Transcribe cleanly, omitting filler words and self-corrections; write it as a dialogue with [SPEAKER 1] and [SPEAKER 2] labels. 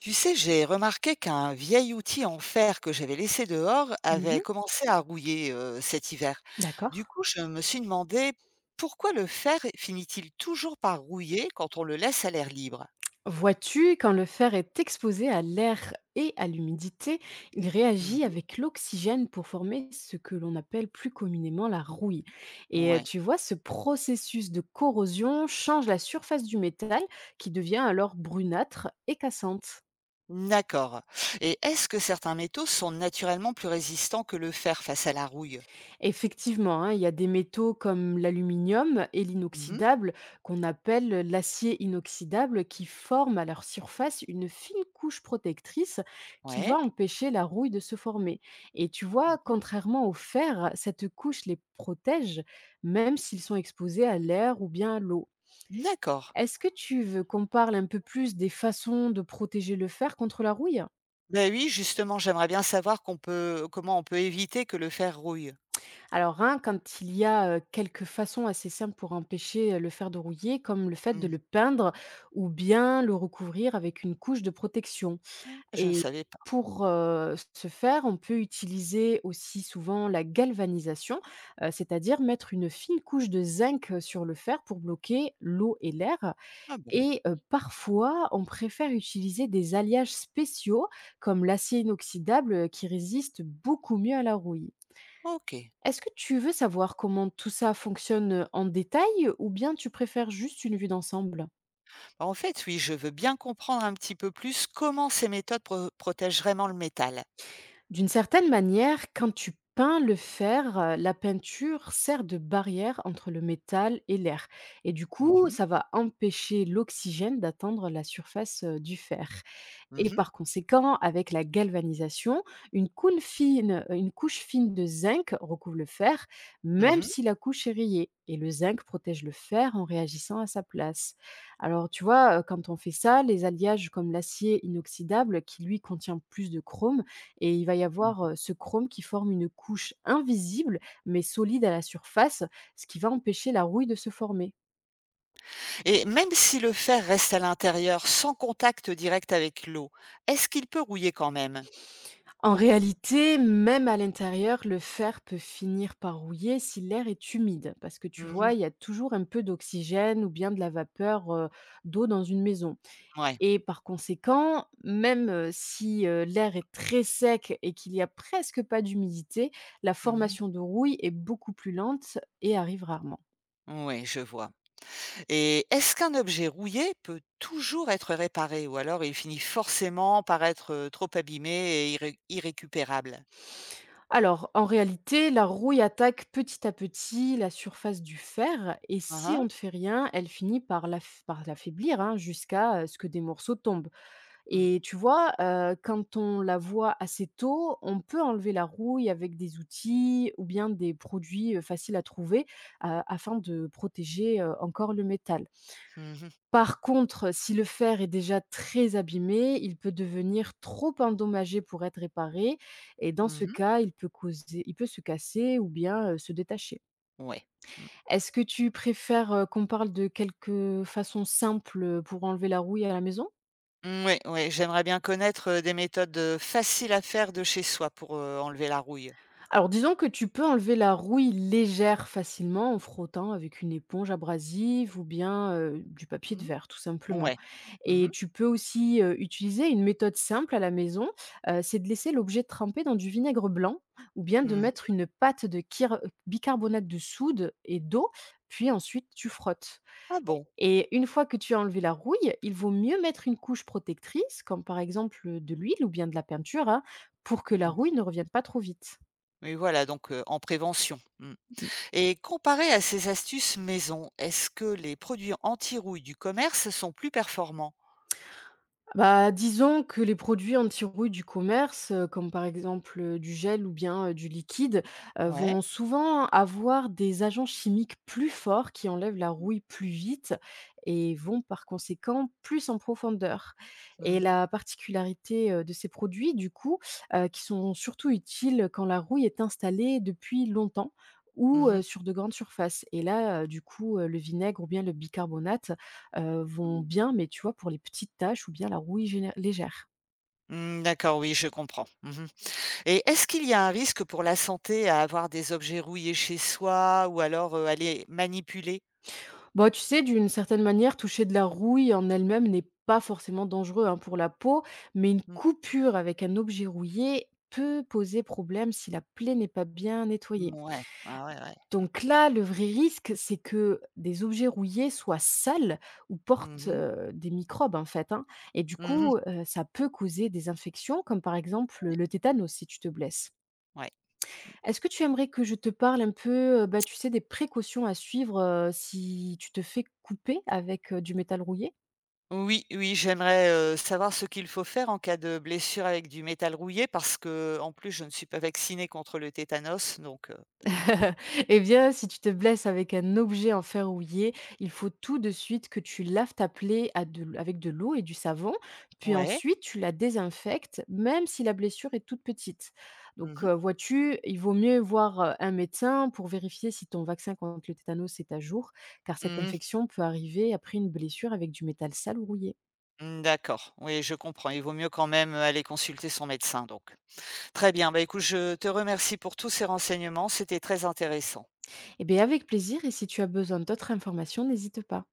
[SPEAKER 1] Tu sais, j'ai remarqué qu'un vieil outil en fer que j'avais laissé dehors avait
[SPEAKER 2] Mmh.
[SPEAKER 1] commencé à rouiller cet hiver.
[SPEAKER 2] D'accord.
[SPEAKER 1] Du coup, je me suis demandé pourquoi le fer finit-il toujours par rouiller quand on le laisse à l'air libre?
[SPEAKER 2] Vois-tu, quand le fer est exposé à l'air et à l'humidité, il réagit
[SPEAKER 1] Mhm.
[SPEAKER 2] avec l'oxygène pour former ce que l'on appelle plus communément la rouille.
[SPEAKER 1] Ouais.
[SPEAKER 2] Tu vois, ce processus de corrosion change la surface du métal qui devient alors brunâtre et cassante.
[SPEAKER 1] D'accord. Et est-ce que certains métaux sont naturellement plus résistants que le fer face à la rouille?
[SPEAKER 2] Effectivement, hein, il y a des métaux comme l'aluminium et
[SPEAKER 1] Mhm.
[SPEAKER 2] l'inoxydable qu'on appelle l'acier inoxydable qui forment à leur surface une fine couche protectrice qui va
[SPEAKER 1] Ouais.
[SPEAKER 2] empêcher la rouille de se former. Et tu vois,
[SPEAKER 1] Mhm.
[SPEAKER 2] contrairement au fer, cette couche les protège même s'ils sont exposés à l'air ou bien à l'eau.
[SPEAKER 1] D'accord.
[SPEAKER 2] Est-ce que tu veux qu'on parle un peu plus des façons de protéger le fer contre la rouille?
[SPEAKER 1] Ben oui, justement, j'aimerais bien savoir qu'on peut, comment on peut éviter que le fer rouille.
[SPEAKER 2] Alors, hein, quand il y a quelques façons assez simples pour empêcher le fer de rouiller, comme le fait de
[SPEAKER 1] Mhm.
[SPEAKER 2] le peindre ou bien le recouvrir avec une couche de protection.
[SPEAKER 1] Je ne
[SPEAKER 2] Et
[SPEAKER 1] savais pas.
[SPEAKER 2] pour ce faire, on peut utiliser aussi souvent la galvanisation, c'est-à-dire mettre une fine couche de zinc sur le fer pour bloquer l'eau et l'air.
[SPEAKER 1] Ah bon,
[SPEAKER 2] Et parfois, on préfère utiliser des alliages spéciaux comme l'acier inoxydable qui résiste beaucoup mieux à la rouille.
[SPEAKER 1] ok.
[SPEAKER 2] Est-ce que tu veux savoir comment tout ça fonctionne en détail ou bien tu préfères juste une vue d'ensemble?
[SPEAKER 1] En fait, oui, je veux bien comprendre un petit peu plus comment ces protègent vraiment le métal.
[SPEAKER 2] D'une certaine manière, quand tu peins le fer, la peinture sert de barrière entre le métal et l'air. Et du coup,
[SPEAKER 1] Mhm,
[SPEAKER 2] ça va empêcher l'oxygène d'atteindre la surface du fer. Et
[SPEAKER 1] mhm,
[SPEAKER 2] par conséquent, avec la galvanisation, une couche fine de zinc recouvre le fer, même
[SPEAKER 1] mhm.
[SPEAKER 2] si la couche est rayée et le zinc protège le fer en réagissant à sa place. Alors tu vois, quand on fait ça, les alliages comme l'acier inoxydable qui lui contient plus de chrome et il va y avoir,
[SPEAKER 1] Mhm.
[SPEAKER 2] ce chrome qui forme une couche invisible mais solide à la surface, ce qui va empêcher la rouille de se former.
[SPEAKER 1] Et même si le fer reste à l'intérieur sans contact direct avec l'eau, est-ce qu'il peut rouiller quand même?
[SPEAKER 2] En réalité, même à l'intérieur, le fer peut finir par rouiller si l'air est humide, parce que tu
[SPEAKER 1] Mhm,
[SPEAKER 2] vois, il y a toujours un peu d'oxygène ou bien de la vapeur d'eau dans une maison.
[SPEAKER 1] ouais.
[SPEAKER 2] Et par conséquent, même si l'air est très sec et qu'il n'y a presque pas d'humidité, la
[SPEAKER 1] Mhm,
[SPEAKER 2] formation de rouille est beaucoup plus lente et arrive rarement.
[SPEAKER 1] ouais, je vois. Et est-ce qu'un objet rouillé peut toujours être réparé ou alors il finit forcément par être trop abîmé et irrécupérable?
[SPEAKER 2] Alors, en réalité, la rouille attaque petit à petit la surface du fer et si on
[SPEAKER 1] Uhum,
[SPEAKER 2] ne fait rien, elle finit par l'affaiblir, hein, jusqu'à ce que des morceaux tombent.
[SPEAKER 1] mm,
[SPEAKER 2] Et tu vois, quand on la voit assez tôt, on peut enlever la rouille avec des outils ou bien des produits faciles à trouver afin de protéger encore le métal.
[SPEAKER 1] mhm,
[SPEAKER 2] Par contre, si le fer est déjà très abîmé, il peut devenir trop endommagé pour être réparé et dans ce
[SPEAKER 1] mhm,
[SPEAKER 2] cas, il peut se casser ou bien, se détacher.
[SPEAKER 1] ouais.
[SPEAKER 2] Est-ce que tu préfères, qu'on parle de quelques façons simples pour enlever la rouille à la maison?
[SPEAKER 1] Oui, oui, j'aimerais, bien connaître, des méthodes, faciles à faire de chez soi pour, enlever la rouille.
[SPEAKER 2] Alors disons que tu peux enlever la rouille légère facilement en frottant avec une éponge abrasive ou bien, du papier de
[SPEAKER 1] Mmh.
[SPEAKER 2] verre tout simplement.
[SPEAKER 1] Ouais. Mmh
[SPEAKER 2] Et
[SPEAKER 1] mh.
[SPEAKER 2] tu peux aussi, utiliser une méthode simple à la maison, c'est de laisser l'objet tremper dans du vinaigre blanc ou bien de
[SPEAKER 1] Mmh.
[SPEAKER 2] mettre une pâte de kir bicarbonate de soude et d'eau, puis ensuite tu frottes.
[SPEAKER 1] Ah bon?
[SPEAKER 2] Et une fois que tu as enlevé la rouille, il vaut mieux mettre une couche protectrice, comme par exemple, de l'huile ou bien de la peinture, hein, pour que la
[SPEAKER 1] Mmh.
[SPEAKER 2] rouille ne revienne pas trop vite.
[SPEAKER 1] Oui voilà donc, en prévention. Mmh, et comparé à ces astuces maison, est-ce que les produits anti-rouille du commerce sont plus performants?
[SPEAKER 2] Bah, disons que les produits anti-rouille du commerce, comme par exemple, du gel ou bien, du liquide,
[SPEAKER 1] Ouais.
[SPEAKER 2] vont souvent avoir des agents chimiques plus forts qui enlèvent la
[SPEAKER 1] Mmh.
[SPEAKER 2] rouille plus vite et vont par conséquent plus en profondeur
[SPEAKER 1] Mmh
[SPEAKER 2] et
[SPEAKER 1] mh.
[SPEAKER 2] la particularité, de ces produits du coup, qui sont surtout utiles quand la rouille est installée depuis longtemps ou,
[SPEAKER 1] Mmh.
[SPEAKER 2] sur de grandes surfaces et là, du coup, le vinaigre ou bien le bicarbonate vont
[SPEAKER 1] Mmh.
[SPEAKER 2] bien, mais tu vois, pour les petites tâches ou bien la rouille géné légère.
[SPEAKER 1] Mmh, d'accord, oui, je comprends. Mmh, et est-ce qu'il y a un risque pour la santé à avoir des objets rouillés chez soi ou alors, à les manipuler?
[SPEAKER 2] Bon, tu sais, d'une certaine manière, toucher de la rouille en elle-même n'est pas forcément dangereux, hein, pour la peau, mais une
[SPEAKER 1] Mmh.
[SPEAKER 2] coupure avec un objet rouillé peut poser problème si la plaie n'est pas bien nettoyée.
[SPEAKER 1] Mouais. Ah ouais, ouais. Mmh.
[SPEAKER 2] Donc là, le vrai risque, c'est que des objets rouillés soient sales ou
[SPEAKER 1] Mmh
[SPEAKER 2] portent,
[SPEAKER 1] mh.
[SPEAKER 2] des microbes, en fait, hein, et du
[SPEAKER 1] Mmh.
[SPEAKER 2] coup, ça peut causer des infections comme, par exemple, le tétanos si tu te blesses.
[SPEAKER 1] Ouais.
[SPEAKER 2] Est-ce que tu aimerais que je te parle un peu, bah, tu sais, des précautions à suivre, si tu te fais couper avec, du métal rouillé?
[SPEAKER 1] Oui, oui, j'aimerais, savoir ce qu'il faut faire en cas de blessure avec du métal rouillé parce que en plus je ne suis pas vaccinée contre le tétanos donc
[SPEAKER 2] Eh bien, si tu te blesses avec un objet en fer rouillé, il faut tout de suite que tu laves ta plaie à de l avec de l'eau et du savon, puis
[SPEAKER 1] ouais.
[SPEAKER 2] ensuite tu la désinfectes, même si la blessure est toute petite.
[SPEAKER 1] Mmh
[SPEAKER 2] Donc,
[SPEAKER 1] mh.
[SPEAKER 2] vois-tu, il vaut mieux voir, un médecin pour vérifier si ton vaccin contre le tétanos est à jour, car cette
[SPEAKER 1] Mmh.
[SPEAKER 2] infection peut arriver après une blessure avec du métal sale ou rouillé.
[SPEAKER 1] Mmh, d'accord. Oui, je comprends. Il vaut mieux quand même aller consulter son médecin donc. Très bien, bah, écoute, je te remercie pour tous ces renseignements, c'était très intéressant.
[SPEAKER 2] Eh bien, avec plaisir, et si tu as besoin d'autres informations, n'hésite pas.